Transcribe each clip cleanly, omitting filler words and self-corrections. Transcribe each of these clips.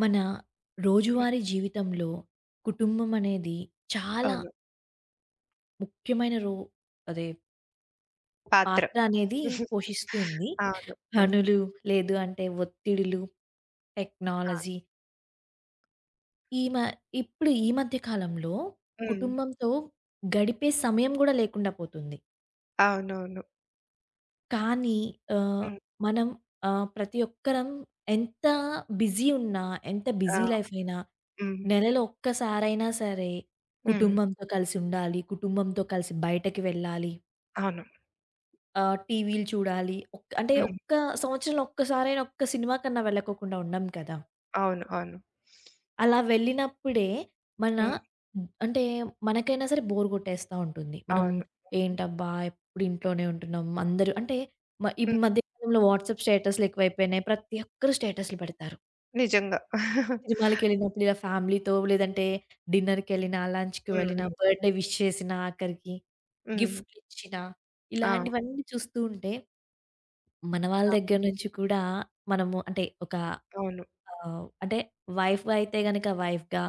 మన హ్మ్. రోజువారీ జీవితంలో కుటుంబం అనేది చాలా అవును. ముఖ్యమైన రో అదే పాత్ర. పాత్ర అనేది పోషిస్తుంది. అవును. హ్మ్. పనులు, లేదు అంటే ఒత్తిడులు, టెక్నాలజీ, ఈ మ ఇప్పుడు ఈ మధ్య కాలంలో హ్మ్. కుటుంబంతో గడిపే సమయం గూడా లేకుండా పోతుంది. అవునవును. కానీ ఆహ్, హ్మ్. మనం ప్రతి ఒక్కరం ఎంత బిజీ ఉన్నా, ఎంత బిజీ ఆ! లైఫ్ అయినా, హ్మ్. నెలలో ఒక్కసారైనా సరే హ్మ్. కుటుంబంతో కలిసి ఉండాలి. కుటుంబంతో కలిసి బయటకి వెళ్ళాలి. అవును. టీవీలు చూడాలి. హ్మ్. ఒక్క సంవత్సరంలో ఒక్కసారైనా ఒక్క సినిమా కన్నా వెళ్ళకోకుండా ఉండం కదా! అవును. అవును. అలా వెళ్ళినప్పుడే మన హ్మ్. అంటే మనకైనా సరే బోర్ కొట్టేస్తా ఉంటుంది. మనం అవును. ఏంటబ్బా, ఎప్పుడు ఇంట్లోనే ఉంటున్నాం. అందరూ అంటే ఈ హ్మ్. మధ్య కాలంలో వాట్సాప్ స్టేటస్‌లు ఎక్కువైపోయినాయి. ప్రతి ఒక్కరు స్టేటస్‌లు పెడతారు. నిజంగా. సినిమాలకెళ్ళినప్పుడు ఇలా ఫ్యామిలీతో లేదంటే డిన్నర్‌కెళ్ళినా, లంచ్‌కి హ్మ్. వెళ్ళినా, బర్త్‌డే విష్ చేసినా ఆఖరికి, హ్మ్. గిఫ్ట్‌లిచ్చినా ఆ! ఇలాంటివన్నీ చూస్తూ ఉంటే మన వాళ్ళ దగ్గర నుంచి కూడా మనము అంటే ఒక అవును. అంటే వైఫ్‌గా అయితే గనక వైఫ్‌గా,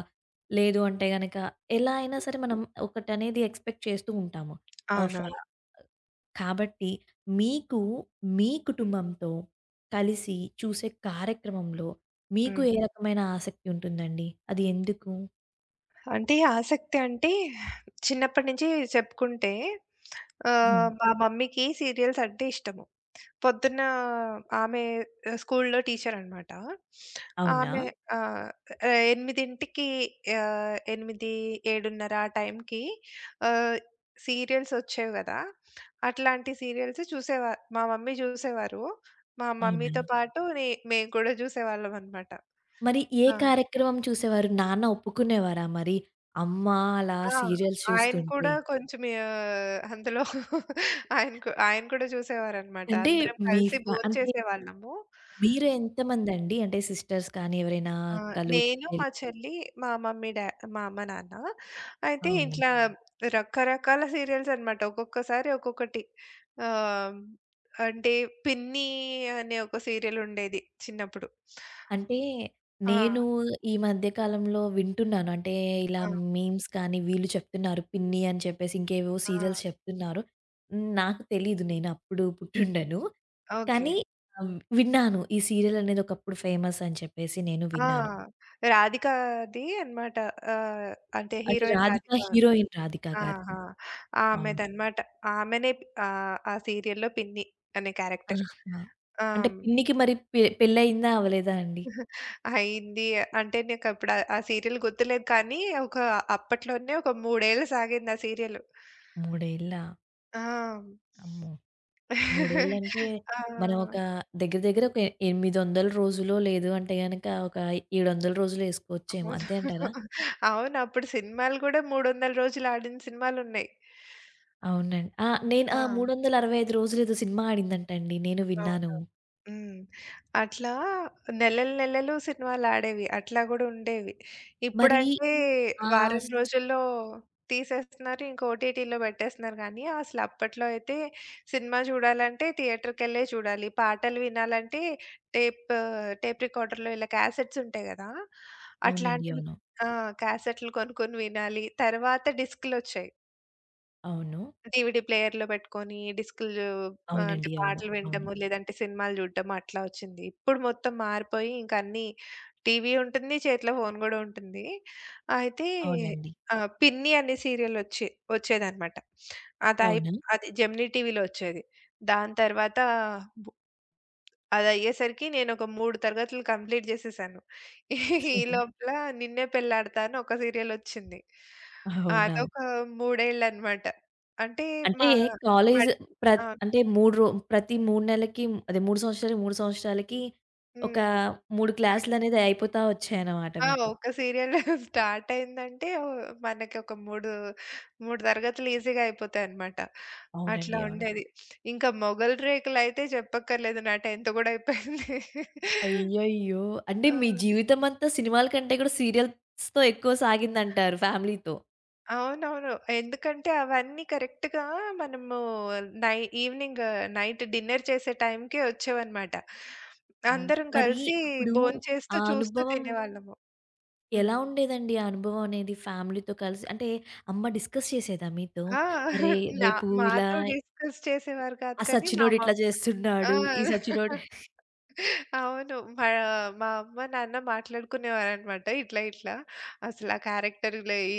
లేదు అంటే గనక ఎలా అయినా సరే మనం ఒకటనేది ఎక్స్‌పెక్ట్ చేస్తూ ఉంటాము. ఆహ్, ఫ అవునవును. కాబట్టి మీకు మీ కుటుంబంతో కలిసి చూసే కార్యక్రమంలో మీకు హ్మ్. ఏ రకమైన ఆసక్తి ఉంటుందండి? అది ఎందుకు? అంటే ఈ ఆసక్తి అంటే చిన్నప్పటి నుంచి చెప్పుకుంటే హ్మ్. మా మమ్మీకి సీరియల్స్ అంటే ఇష్టము. పొద్దున్న ఆమె స్కూల్‌లో టీచరనమాట. అవునా? ఆమె 8కి 8, 7:30 ఆ టైంకి ఆహ్, సీరియల్స్ వచ్చేవి గదా! అట్లాంటి సీరియల్స్ మా మమ్మీ చూసేవారు. మా మమ్మీతో అవునా? పాటు మేము కూడా చూసేవాళ్ళమనమాట. మరి ఏ ఆ! హ్మ్. కార్యక్రమం చూసేవారు? నాన్న ఒప్పుకునేవారా మరి? అమ్మ అలా ఆ! ఓహ్! సీరియల్స్ ఆయన చూస్తుంటే? కూడా కొంచెం అందులో ఆయన కూడా చూసేవారనమాట. అంటే అందరం మీ కలిసి ఫ అంటే భోంచేసేవాళ్ళము. మీరు ఎంతమందండి? అంటే సిస్టర్స్ కానీ ఎవరైనా ఆ! అక్కలు, నేను, మా చెల్లెలు? చెల్లి, మా మమ్మీ, డా మా అమ్మ, నాన్న. అయితే అవునా? ఇట్లా హ్మ్. రకరకాల సీరియల్స్ అన్నమాట. ఒక్కొక్కసారి ఒక్కొక్కటి. ఆహ్, అంటే 'పిన్ని' అనే ఒక సీరియల్ ఉండేది చిన్నప్పుడు. అంటే ఆ! నేను ఈ మధ్య కాలంలో వింటున్నాను. అంటే ఇలా ఆ! మీమ్స్ కానీ వీళ్ళు చెప్తున్నారు. పిన్ని అని చెప్పేసి ఇంకేవేవో ఆ! సీరియల్స్ చెప్తున్నారు. హ్మ్. నాకు తెలీదు. నేను అప్పుడు పుట్టుండను. ఓకే. కానీ విన్నాను. ఈ సీరియల్ అనేది ఒకప్పుడు ఫేమస్ అని చెప్పేసి నేను ఆ! విన్నాను. రాధికది అన్నమాట. ఆహ్, అంటే అంటే హీరోయిన్ రాధిక. 'రాధిక', హీరోయిన్ 'రాధిక' ఆహా! గారిది. అవును. ఆమెదన్నమాట. ఆమెనే ఆ సీరియల్‌లో పిన్ని అనే క్యారెక్టర్. ఆహా! ఆ! అంటే పిన్నికి మరి పెళ్లయిందా? అవ్వలేదా అండి? అయింది. అంటే నాకప్పుడు ఆ ఆ సీరియల్ గుర్తులేదు కానీ, ఒక అప్పట్లోనే ఒక 3 ఏళ్ళు సాగింది ఆ సీరియల్. 3 ఏళ్ళా? ఆ! అమ్మో! మూడేళ్ళంటే ఆ! మనం ఒక దగ్గర దగ్గర ఒక 800 రోజులో లేదు అంటే గనక ఒక 700 రోజులు ఏసుకోవచ్చేమో అంతే అవును. అంటారా? అవును. అప్పుడు సినిమాలు గూడా 300 రోజులు ఆడిన సినిమాలున్నాయి. అవునండి. ఆ! నేను, ఆ! ఆ! 365 రోజులు ఏదో సినిమా ఆడిందంటండి. నేను విన్నాను. అవును. హ్మ్. అట్లా నెలలు నెలలు సినిమాలాడేవి. అట్లా గూడా ఉండేవి. మరి ఇప్పుడంటే ఆహ్, వారం స్ రోజుల్లో తీసేస్తున్నారు. ఇంక ఓటీటీలో పెట్టేస్తున్నారు గానీ, అసలు అప్పట్లో అయితే సినిమా చూడాలంటే థియేటర్‌కెళ్ళే చూడాలి. పాటలు వినాలంటే టేప్ టేప్ రికార్డర్‌లో ఇలా క్యాసెట్స్ ఉంటాయి గదా! అవునండి. అట్లాంటివి అవును. ఆ! క్యాసెట్లు కొనుక్కొని వినాలి. తర్వాత డిస్కులొచ్చాయి. అవును. డీవీడీ ప్లేయర్‌లో పెట్టుకొని డిస్కులు అంటే అవునండి. అవును. పాటలు అవును. వినటము, లేదంటే సినిమాలు చూడటము అట్లా వచ్చింది. ఇప్పుడు మొత్తం మారిపోయి ఇంక అన్నీ టీవీ ఉంటుంది, చేతిలో ఫోను గూడా ఉంటుంది. అయితే అవునండి. ఆ! 'పిన్ని' అనే సీరియల్ వచ్చేదనమాట. అదయి అవునా? అది జెమినీ టీవీలో వచ్చేది. దాని తర్వాత అదయ్యేసరికి నేనొక 3 తరగతులు కంప్లీట్ జేసేశాను. ఈ లోపల 'నిన్నే పెళ్లాడతా' అని ఒక సీరియలొచ్చింది. అవునా? అదొక మూడేళ్ళనమాట. అంటే అంటే మా కాలేజ్ మడ్ ఆ! ప్రత్ అంటే 3 ప్రతి 3 నెలలకి, అదే 3 సంవత్సరాలకి, 3 సంవత్సరాలకి ఒక హ్మ్. 3 క్లాసులనేది అయిపోతా వచ్చాయన్నమాట ఆ! మీకు. ఒక సీరియల్ స్టార్టయిందంటే మనకొక 3 తరగతులు ఈజీగా అయిపోతాయనమాట. అట్లా అవునండి. అవును. ఉండేది. ఇంకా మొగలి రేకులయితే చెప్పక్కర్లేదు. నా 10th గూడా అయిపోయింది. అయ్యయ్యో! అంటే ఆ! మీ జీవితమంతా సినిమాల కంటే కూడా సీరియల్స్‌తో ఎక్కువ సాగిందంటారు ఫ్యామిలీతో. అవునవును. ఎందుకంటే అవన్నీ కరెక్ట్‌గా మనము నై ఈవినింగ్ నైట్ డిన్నర్ చేసే టైంకే వచ్చేవన్నమాట. అవునా! అందరం మరి కలిసి అప్పుడు భోంచేస్తూ ఆ చూస్తూ అనుభవం తినేవాళ్ళము. హ్మ్. ఎలా ఉండేదండి? ఆ అనుభవం అనేది ఫ్యామిలీతో కలిసి అంటే అమ్మ డిస్కస్ చేసేదా మీతో? ఆ! "అరే! నా రేపు ఇలా మాతో డిస్కస్ చేసేవారు కాదు ఆ కానీ మా సచ్చినోడు మమ్ ఇట్లా ఆ! చేస్తున్నాడు. ఈ సచ్చినోడు." అవును. మా మా అమ్మ, నాన్న మాట్లాడుకునేవారనమాట. ఇట్లా, ఇట్లా అసలు ఆ క్యారెక్టర్‌లో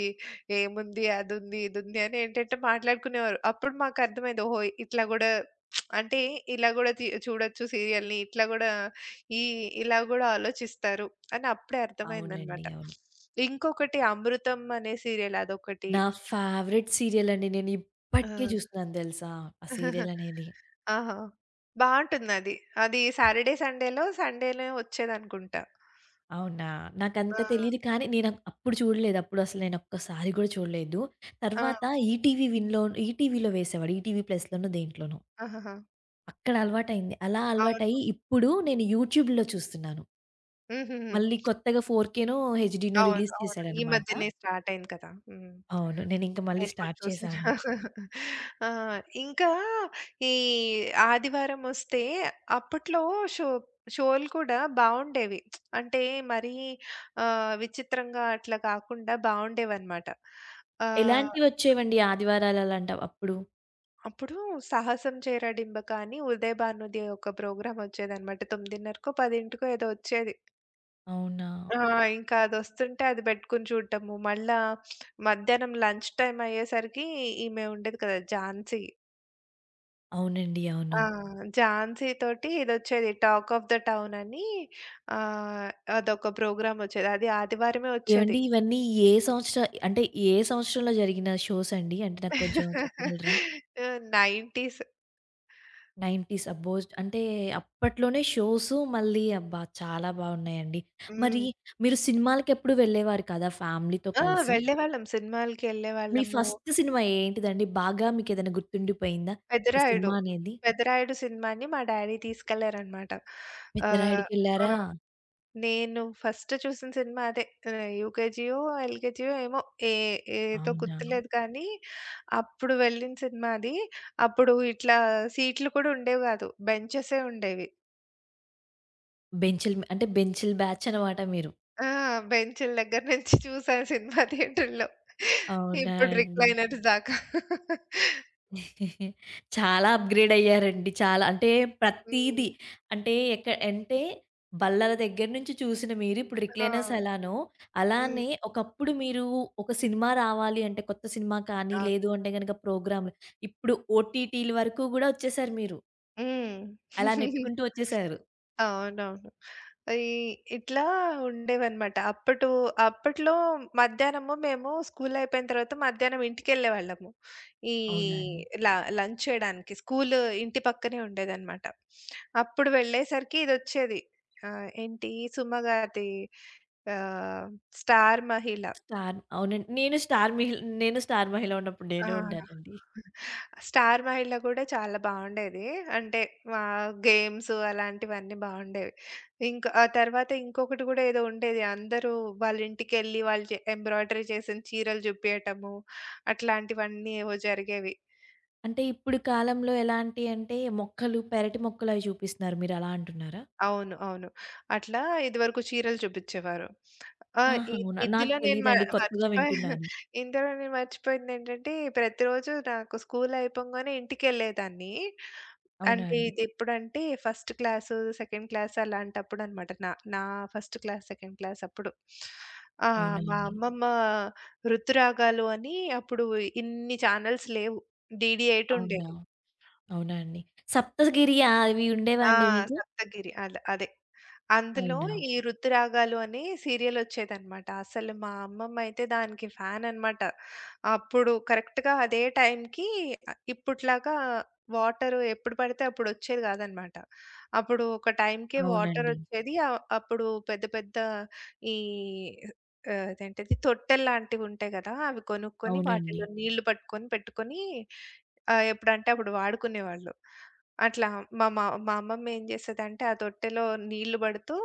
ఏముంది, అదుంది, ఇదుంది అని ఏంటంటే మాట్లాడుకునేవారు. అప్పుడు మాకర్థమైంది. ఓహో! ఇట్లా గూడా అంటే ఇలా గూడా చూడొచ్చు సీరియల్‌ని. ఇట్లా గూడా ఈ ఇలా గూడా ఆలోచిస్తారు అని అప్పుడే అర్థమైందనమాట. అవునండి. అవును. ఇంకొకటి 'అమృతం' అనే సీరియల్ అదొకటి. నా ఫేవరెట్ సీరియల్ అండి. నేను ఆ! ఇప్పటికి చూస్తున్నాను తెలుసా? ఆ సీరియల్ అనేది. ఆహా! బావుంటుందది. అది సాటర్‌డే, సండేలో, సండేనే వచ్చేదనుకుంటా. అవునా! నాకంత ఆ! తెలీదు కానీ, నేను అప్పుడు చూడలేదు. అప్పుడు అసలు నేను ఒక్కసారి కూడా చూడలేదు. ఆ! తర్వాత ఈటీవీ విన్‌లో ఈటీవీలో వేసేవాడు. ఈటీవీ ప్లస్‌లోనో దేంట్లోనో. ఆహాహా! అక్కడ అలవాటయింది. అలా అవును. అలవాటయ్యి ఇప్పుడు నేను యూట్యూబ్‌లో చూస్తున్నాను. హుహుహు. మళ్ళీ కొత్తగా 4కేనో, హెచ్‌డీనో అవును. రిలీజ్ అవును. ఈ చేశాడనమాట. మధ్యనే స్టార్ట్ అయింది కదా! హ్మ్. అవును. నేనింక మళ్ళీ నేను కూడా స్టార్ట్ చేశాను. చూసాను. ఆ! ఇంకా ఈ ఆదివారం వస్తే అప్పట్లో షో షోలు కూడా బావుండేవి. అంటే మరీ విచిత్రంగా అట్లా కాకుండా బావుండేవన్నమాట. ఆహ్, ఎలాంటివొచ్చేవండి ఆదివారాలు అలాంట అప్పుడు? అప్పుడు 'సాహసం చేరడింబ' కానీ 'ఉదయ్ భాను'ది ఒక ప్రోగ్రామ్ వచ్చేదన్నమాట. 9:30కో, 10కో ఏదో వచ్చేది. అవునా! ఆ! ఇంకా అదొస్తుంటే అది పెట్టుకొని చూడటము. మళ్ళా మధ్యాహ్నం లంచ్ టైమ్ అయ్యేసరికి ఈమె ఉండేది కదా! ఝాన్సీ. అవునండి. ఆ! అవును. ఝాన్సీ తోటి ఇదొచ్చేది 'టాక్ ఆఫ్ ద టౌన్' అని ఆహ్, అదొక ప్రోగ్రామ్ వచ్చేది. అది ఆదివారమే వచ్చేది. ఏవండి ఇవన్నీ ఏ సంవత్సర అంటే ఏ సంవత్సరంలో జరిగిన షోస్ అండి? అంటే నాకు కొంచెం చెప్పగలరా? ఆ! 90s. 90s, అబ్బోజ్! అంటే అప్పట్లోనే షోస్ మళ్ళీ, అబ్బా! చాలా బాగున్నాయండి. మరి హ్మ్. మీరు సినిమాలకెప్పుడు వెళ్ళేవారు కదా ఫ్యామిలీతో ఆ! కలిసి! వెళ్ళేవాళ్ళం సినిమాలకి మీ ఎళ్ళేవాళ్ళము. ఫస్ట్ సినిమా ఏంటిదండి? బాగా మీకేదైనా గుర్తుండిపోయిందా? ఒక 'పెదరాయుడు', సినిమా అనేది? 'పెదరాయుడు' సినిమాని మా డ్యాడీ తీసుకెళ్లారనమాట. ఆహ్, ఆ! 'పెద్దరాయుడు'కెళ్లారా? నేను ఫస్ట్ చూసిన సినిమా అదే. యూకేజీయో, ఎల్‌కేజీయో ఏమో ఏ ఏదో అవునా! గుర్తులేదు కానీ, అప్పుడు వెళ్ళిన సినిమా అది. అప్పుడు ఇట్లా సీట్లు కూడా ఉండేవి కాదు. బెంచెసే ఉండేవి. బెంచ్‌ల్ అంటే బెంచ్‌ల్ బ్యాచ్ అన్నమాట మీరు. ఆ! బెంచుల దగ్గర నుంచి చూసాను సినిమా థియేటర్‌లో. అవునా ఇప్పుడు అండి! రిక్లైనర్స్ దాకా. చాలా అప్‌గ్రేడ్ అయ్యారండి. చాలా అంటే హ్మ్. ప్రతీది. అంటే ఎక్క అంటే బల్లల దగ్గర నుంచి చూసిన మీరు ఇప్పుడు ఆ! రిక్లైనర్స్ ఎలానో, హ్మ్. అలానే ఒకప్పుడు మీరు ఒక సినిమా రావాలి అంటే కొత్త సినిమా కానీ, అవును. లేదు అంటే గనక ప్రోగ్రామ్‌లు, ఇప్పుడు ఓటీటీల వరకు గూడా వచ్చేసారు మీరు. హ్మ్. అలా నెట్టుకుంటూ వచ్చేసారు. అవునవును. ఈ ఇట్లా ఉండేవన్నమాట. అప్పట్లో మధ్యాహ్నము మేము స్కూల్ అయిపోయిన తర్వాత మధ్యాహ్నం ఇంటికెళ్ళేవాళ్ళము. ఈ అవునా అండి? ల లంచ్ చేయడానికి. స్కూల్ ఇంటి పక్కనే ఉండేదన్నమాట. అప్పుడు వెళ్ళేసరికి ఇదొచ్చేది. ఏంటి సుమ గారిది ఆహ్, 'స్టార్ మహిళ'. స్టార్, అవునండి. నేను స్టార్ మిహిల్, నేను స్టార్ మహిలో ఉన్నప్పుడు ఆ! నేను ఉండానండి. 'స్టార్ మహల్‌లో' గూడా చాలా బావుండేది. అంటే గేమ్స్ అలాంటివన్నీ బావుండేవి. ఇంకా ఆ తర్వాత ఇంకొకటి గూడా ఏదో ఉండేది. అందరూ వాళ్ళ ఇంటికెళ్ళి వాళ్ళు ఎంబ్రాయిడరీ చేసిన చీరలు జూపియటము అట్లాంటివన్నీ ఏవో జరిగేవి. అంటే ఇప్పుడు కాలంలో ఎలాంటి అంటే మొక్కలు, పెరటి మొక్కలు అవి చూపిస్తున్నారు. మీరు అలా అంటున్నారా? అవును. అవును. అట్లా ఇదివరకు చీరలు చూపిచ్చేవారు. ఆ! ఇ ఆహా! అవునా? నాకు ఇందులో నేను తెలీదండి. కొత్తగా మర్చిపోయా వింటున్నాను. ఇందులో నేను మర్చిపోయిందేంటంటే, ప్రతిరోజు నాకు స్కూల్ అయిపోంగానే ఇంటికెళ్ళేదాన్ని. అవునా అంటే అండి? ఇది ఎప్పుడంటే, ఫస్ట్ క్లాసు, సెకండ్ క్లాస్ అలాంటప్పుడనమాట. నా నా ఫస్ట్ క్లాస్, సెకండ్ క్లాస్ అప్పుడు. ఆ! అవునా మా అండి? అమ్మమ్మ 'ఋతురాగాలు' అని అప్పుడు ఇన్ని ఛానెల్స్ లేవు. DD 8 అవునా? ఉండేది. అవునా అండి? సప్తగిరి అవి ఉండేవా ఆ! అండి మీకు? 'సప్తగిరి' అదే. అందులో అవునా? ఈ 'ఋతురాగాలు' అనే సీరియలొచ్చేదనమాట. అసలు మా అమ్మమ్మ అయితే దానికి ఫ్యాననమాట. అప్పుడు కరెక్ట్‌గా అదే టైంకి ఇప్పట్లాగా వాటరు ఎప్పుడు పడితే అప్పుడొచ్చేది గాదనమాట. అప్పుడు ఒక టైంకే అవునండి. వాటరొచ్చేది. అప్పుడు పెద్ద పెద్ద ఈ అదేంటిది తొట్టెల్లాంటివుంటాయి గదా! అవి కొనుక్కొని అవునండి. వాటిలో నీళ్లు పట్టుకొని పెట్టుకొని ఎప్పుడంటే అప్పుడు వాడుకునేవాళ్ళు. అట్లా మా మా మా అమ్మమ్మ ఏం చేసేదంటే ఆ తొట్టెలో నీళ్లు పడుతూ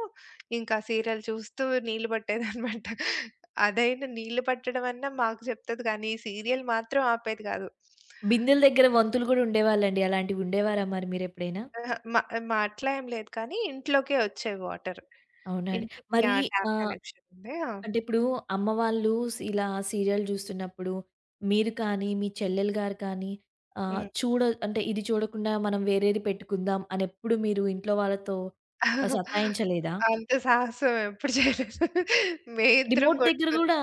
ఇంకా సీరియల్ చూస్తూ నీళ్లు పట్టేదనమాట. అదైనా నీళ్లు పట్టడం అన్నా మాకు చెప్తది కానీ ఈ సీరియల్ మాత్రం ఆపేది కాదు. బిందెల దగ్గర వంతులు గూడా ఉండేవాళ్ళండి. అలాంటివి ఉండేవారా మరి మీరెప్పుడైనా? అహా! మా మా అట్లా ఏం లేదు కానీ ఇంట్లోకే వచ్చేవి వాటర్. అవునా అండి? ఇంటికి మరి ఆ ట్యాప్ ఆహ్, కనెక్షన్ ఉంది. ఆ! అంటే ఇప్పుడు అమ్మ వాళ్ళు ఇలా సీరియల్ జూస్తున్నప్పుడు మీరు కానీ, మీ చెల్లెలు గారు కానీ ఆహ్, హ్మ్. చూడ అంటే ఇది చూడకుండా మనం వేరేది పెట్టుకుందాం అని ఎప్పుడు మీరు ఇంట్లో వాళ్ళతో సతాయించలేదా? అంత సాహసం ఎప్పుడు చేయలేదు. మేమిద్దరం రిమోట్ దగ్గర కొట్టుకున్నాం. గూడా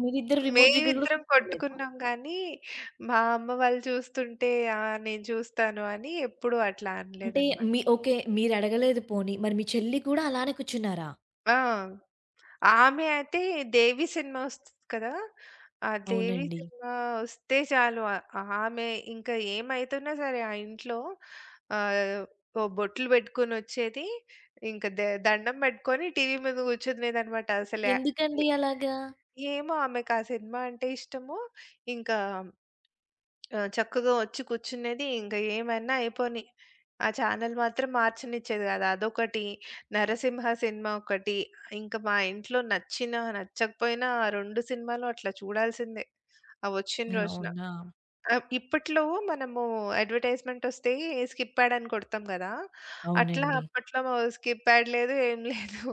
మీరిద్దరు రిమోట్ దగ్గర గూడా మేమిద్దరం కొట్టుకోలేదా? కొట్టుకున్నాం గానీ, మా అమ్మ వాళ్ళు చూస్తుంటే, "ఆ! నేను చూస్తాను" అని ఎప్పుడూ అట్లా అంటే అనలేదనమాట. మీ, ఓకే, మీరడగలేదు పోనీ. మరి మీ చెల్లి కూడా అలానే కూర్చున్నారా? ఆ! ఆమె అయితే 'దేవి' సినిమా వస్తది కదా! ఆ 'దేవి' అవునండి. సినిమా వస్తే చాలు ఆమె ఇంకా ఏమైతున్నా సరే ఆ ఇంట్లో ఆహ్, ఓ బొట్లు పెట్టుకొనొచ్చేది. ఇంకా దండం పెట్టుకొని టీవీ ముందు కూర్చునేదనమాట. అసలు ఎందుకండి అలాగా? ఏమో ఆమెకు ఆ సినిమా అంటే ఇష్టము. ఇంకా ఆ! చక్కగా వచ్చి కూర్చునేది. ఇంక ఏమైనా అయిపోని. ఆ ఛానెల్ మాత్రం మార్చనిచ్చేది గాదు. అదొకటి, నరసింహ సినిమా ఒకటి, ఇంక మా ఇంట్లో నచ్చినా, నచ్చకపోయినా ఆ 2 సినిమాలు అట్లా చూడాల్సిందే. అవొచ్చిన రోజున. అవునా? ఇప్పట్లో మనము అడ్వర్‌టైజ్‌మెంట్ వస్తే స్కిప్ యాడ్ అని కొడతాం గదా! అట్లా అవును. అవునండి. అప్పట్లో స్కిప్ యాడ్ లేదు, ఏం లేదు.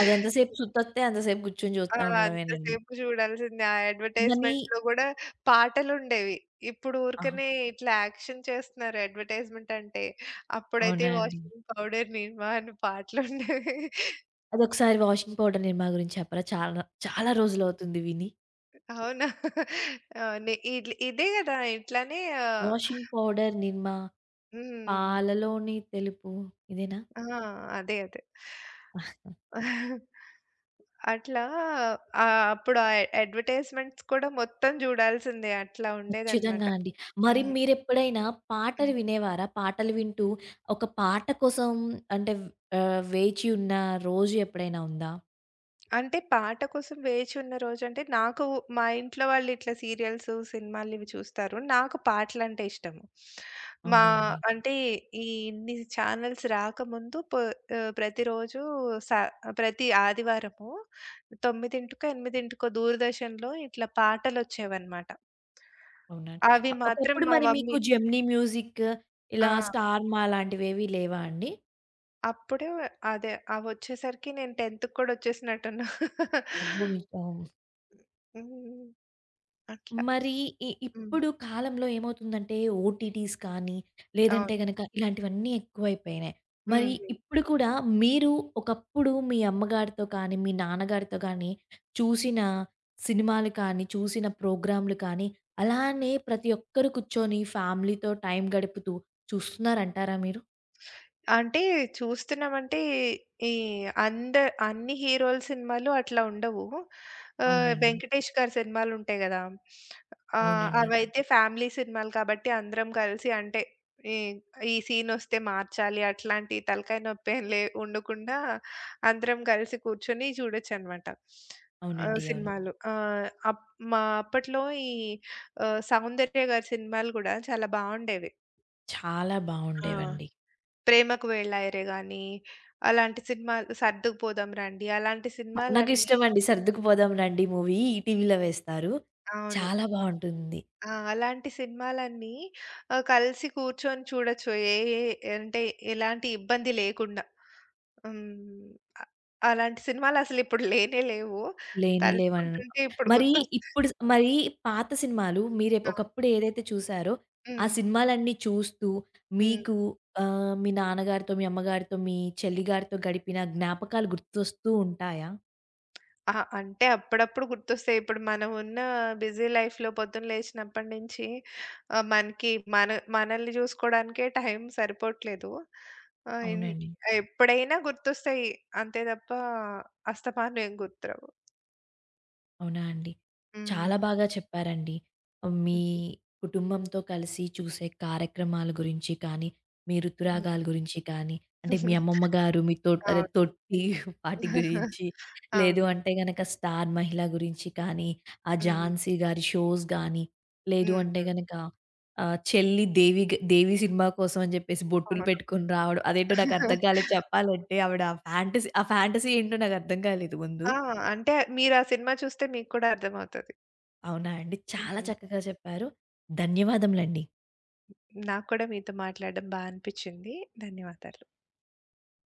అదెంతసేపు సుత్తొత్తే అంతసేపు కూర్చొని ఆ! చూస్తా ఉండడమేనండి. అంతసేపు చూడాల్సిందే. ఆ మనీ అడ్వర్‌టైజ్‌మెంట్‌లో గూడా పాటలుండేవి. ఇప్పుడు ఆహ్, ఊరికనే ఇట్లా యాక్షన్ చేస్తున్నారు అడ్వర్‌టైజ్‌మెంట్ అంటే. అప్పుడైతే అవునా అండి? వాషింగ్ పౌడర్ నిర్మా అని పాటలుండేవి. అదొకసారి వాషింగ్ పౌడర్ నిర్మా గురించి చెప్పరా? చాలా చాలా రోజులవుతుంది విని. అవునా? ఆహ్, నే ఇట్ల్ ఇదే గదా! ఇట్లానే ఆహ్, వాషింగ్ పౌడర్ నిర్మా, హ్మ్. పాలలోని తెలుపు, ఇదేనా? ఆ! అదే. అదే. అట్లా అప్పుడు ఆ అడ్వర్‌టైజ్‌మెంట్స్ కూడా మొత్తం జూడాల్సిందే. అట్లా ఉండేదన్నమాట. ఖచ్చితంగా అండి. మరి హ్మ్. మీరెప్పుడైనా పాటలు హ్మ్. వినేవారా? పాటలు వింటూ ఒక పాట కోసం అంటే వేచి ఉన్న రోజు ఎప్పుడైనా ఉందా? అంటే పాట కోసం వేచి ఉన్న రోజంటే, నాకు మా ఇంట్లో వాళ్ళు ఇట్లా సీరియల్సు, సినిమాలు ఇవి చూస్తారు. నాకు పాటలంటే ఇష్టము. మా అవునండి. అంటే ఈ ఇన్ని ఛానల్స్ రాకముందు ప్రతిరోజు స ప్రతి ఆదివారము 9కో, 8కో దూరదర్శన్‌లో ఇట్లా పాటలొచ్చేవన్నమాట. అవునండి. అవి అ, మాత్రం ఒకప్పుడు మా మరి మమ్మీ మీకు జెమినీ మ్యూజిక్, ఆ! ఇలా స్టార్ మా లాంటివేవి లేవా అండి? అప్పుడు అదే అవొచ్చేసరికి నేను 10కి కూడా వచ్చేసినట్టున్నా. అబ్బో! మీ, ఓహ్! హ్మ్. అట్లా. మరి హ్మ్. ఇప్పుడు కాలంలో ఏమవుతుందంటే ఓటీటీస్ కానీ, అవును. లేదంటే గనక ఇలాంటివన్నీ ఎక్కువైపోయినాయి. మరి హ్మ్. ఇప్పుడు కూడా మీరు ఒకప్పుడు మీ అమ్మగారితో కానీ, మీ నాన్నగారితో కానీ చూసిన సినిమాలు కానీ, చూసిన ప్రోగ్రామ్‌లు కానీ, అలానే ప్రతి ఒక్కరు కూర్చొని ఫ్యామిలీతో టైం గడుపుతూ చూస్తున్నారంటారా మీరు? అంటే చూస్తున్నామంటే ఈ అంద అన్ని హీరోల సినిమాలు అట్లా ఉండవు. అవునండి. వెంకటేష్ గారి సినిమాలు ఉంటాయి గదా! అవునండి. అవైతే ఫ్యామిలీ సినిమాలు కాబట్టి అందరం కలిసి అంటే ఈ ఈ సీన్ వస్తే మార్చాలి అట్లాంటి తలకాయ నొప్పి ఏం లే ఉండకుండా అందరం కలిసి కూర్చొని చూడొచ్చనమాట. అవునండి. అవును. సినిమాలు. ఆహ్, అప్ మా అప్పట్లో సౌందర్య గారి సినిమాలు గూడా చాలా బావుండేవి. చాలా ఆ! బావుండేవండి. 'ప్రేమకు వెళ్ళాయరే' గాని, అలాంటి సినిమాలు 'సర్దుకుపోదాం రండి' అలాంటి సినిమాలన్నీ నాకిష్టమండి, 'సర్దుకుపోదాం రండి' మూవీ ఈటీవీలో వేస్తారు. అవును. చాలా బావుంటుంది. ఆ! అలాంటి సినిమాలన్నీ కలిసి కూర్చొని చూడొచ్చు. ఏ ఏ అంటే ఎలాంటి ఇబ్బంది లేకుండా. హ్మ్. అ అలాంటి సినిమాలసలిప్పుడు లేనే లేవు. 'లేనే లేవన్'. తలుచుకుంటుంటే ఇప్పుడు మరి గుర్తొస్తున్నాయి. ఇప్పుడు మరి పాత సినిమాలు మీరే ఒకప్పుడు ఏదైతే చూసారో, ఆ హ్మ్. సినిమాలన్నీ చూస్తూ హ్మ్. మీకు మీ నాన్నగారితో, మీ అమ్మగారితో, మీ చెల్లిగారితో గడిపిన జ్ఞాపకాలు గుర్తొస్తూ ఉంటాయా? ఆ! అంటే అప్పుడప్పుడు గుర్తొస్తాయి. ఇప్పుడు మనం ఉన్న బిజీ లైఫ్‌లో పొద్దున లేచినప్పటి నుంచి మనకి మనల్ని చూసుకోవడానికే టైం సరిపోవట్లేదు. ఆహ్, ఇన్ అవునండి. ఎప్పుడైనా గుర్తొస్తాయి. అంతే తప్ప అస్తమానం ఏం గుర్తురావు. అవునా అండి? చాలా హ్మ్. బాగా చెప్పారండి. మీ కుటుంబంతో కలిసి చూసే కార్యక్రమాల గురించి కానీ, మీ రుతురాగాల హుహు. గురించి కానీ, అంటే మీ హ్మ్. అమ్మమ్మ గారు మీ తొ అదే అవును. తొట్టి వాటి గురించి, లేదు అవును. అంటే గనక 'స్టార్ మహిళ' గురించి కానీ, ఆ హ్మ్. 'ఝాన్సీ' గారి షోస్ గానీ, లేదు హ్మ్. అంటే హ్మ్. గనక చెల్లి 'దేవి' 'దేవి' సినిమా కోసం అని జెప్పేసి బొట్టులు అవును. పెట్టుకొని రావడం అదేంటో నాకు అర్థం కాలేదు చెప్పాలంటే. ఆవిడ ఆ ఫ్యాంటసీ, ఆ ఫ్యాంటసీ ఏంటో నాకు అర్థం కాలేదు ముందు. ఆ! అంటే మీరు ఆ సినిమా చూస్తే మీకు కూడా అర్థమవుతది. అవునా అండి! చాలా హ్మ్. చక్కగా చెప్పారు. ధన్యవాదములండి. నాకు కూడా మీతో మాట్లాడడం అనిపించింది. ధన్యవాదాలు.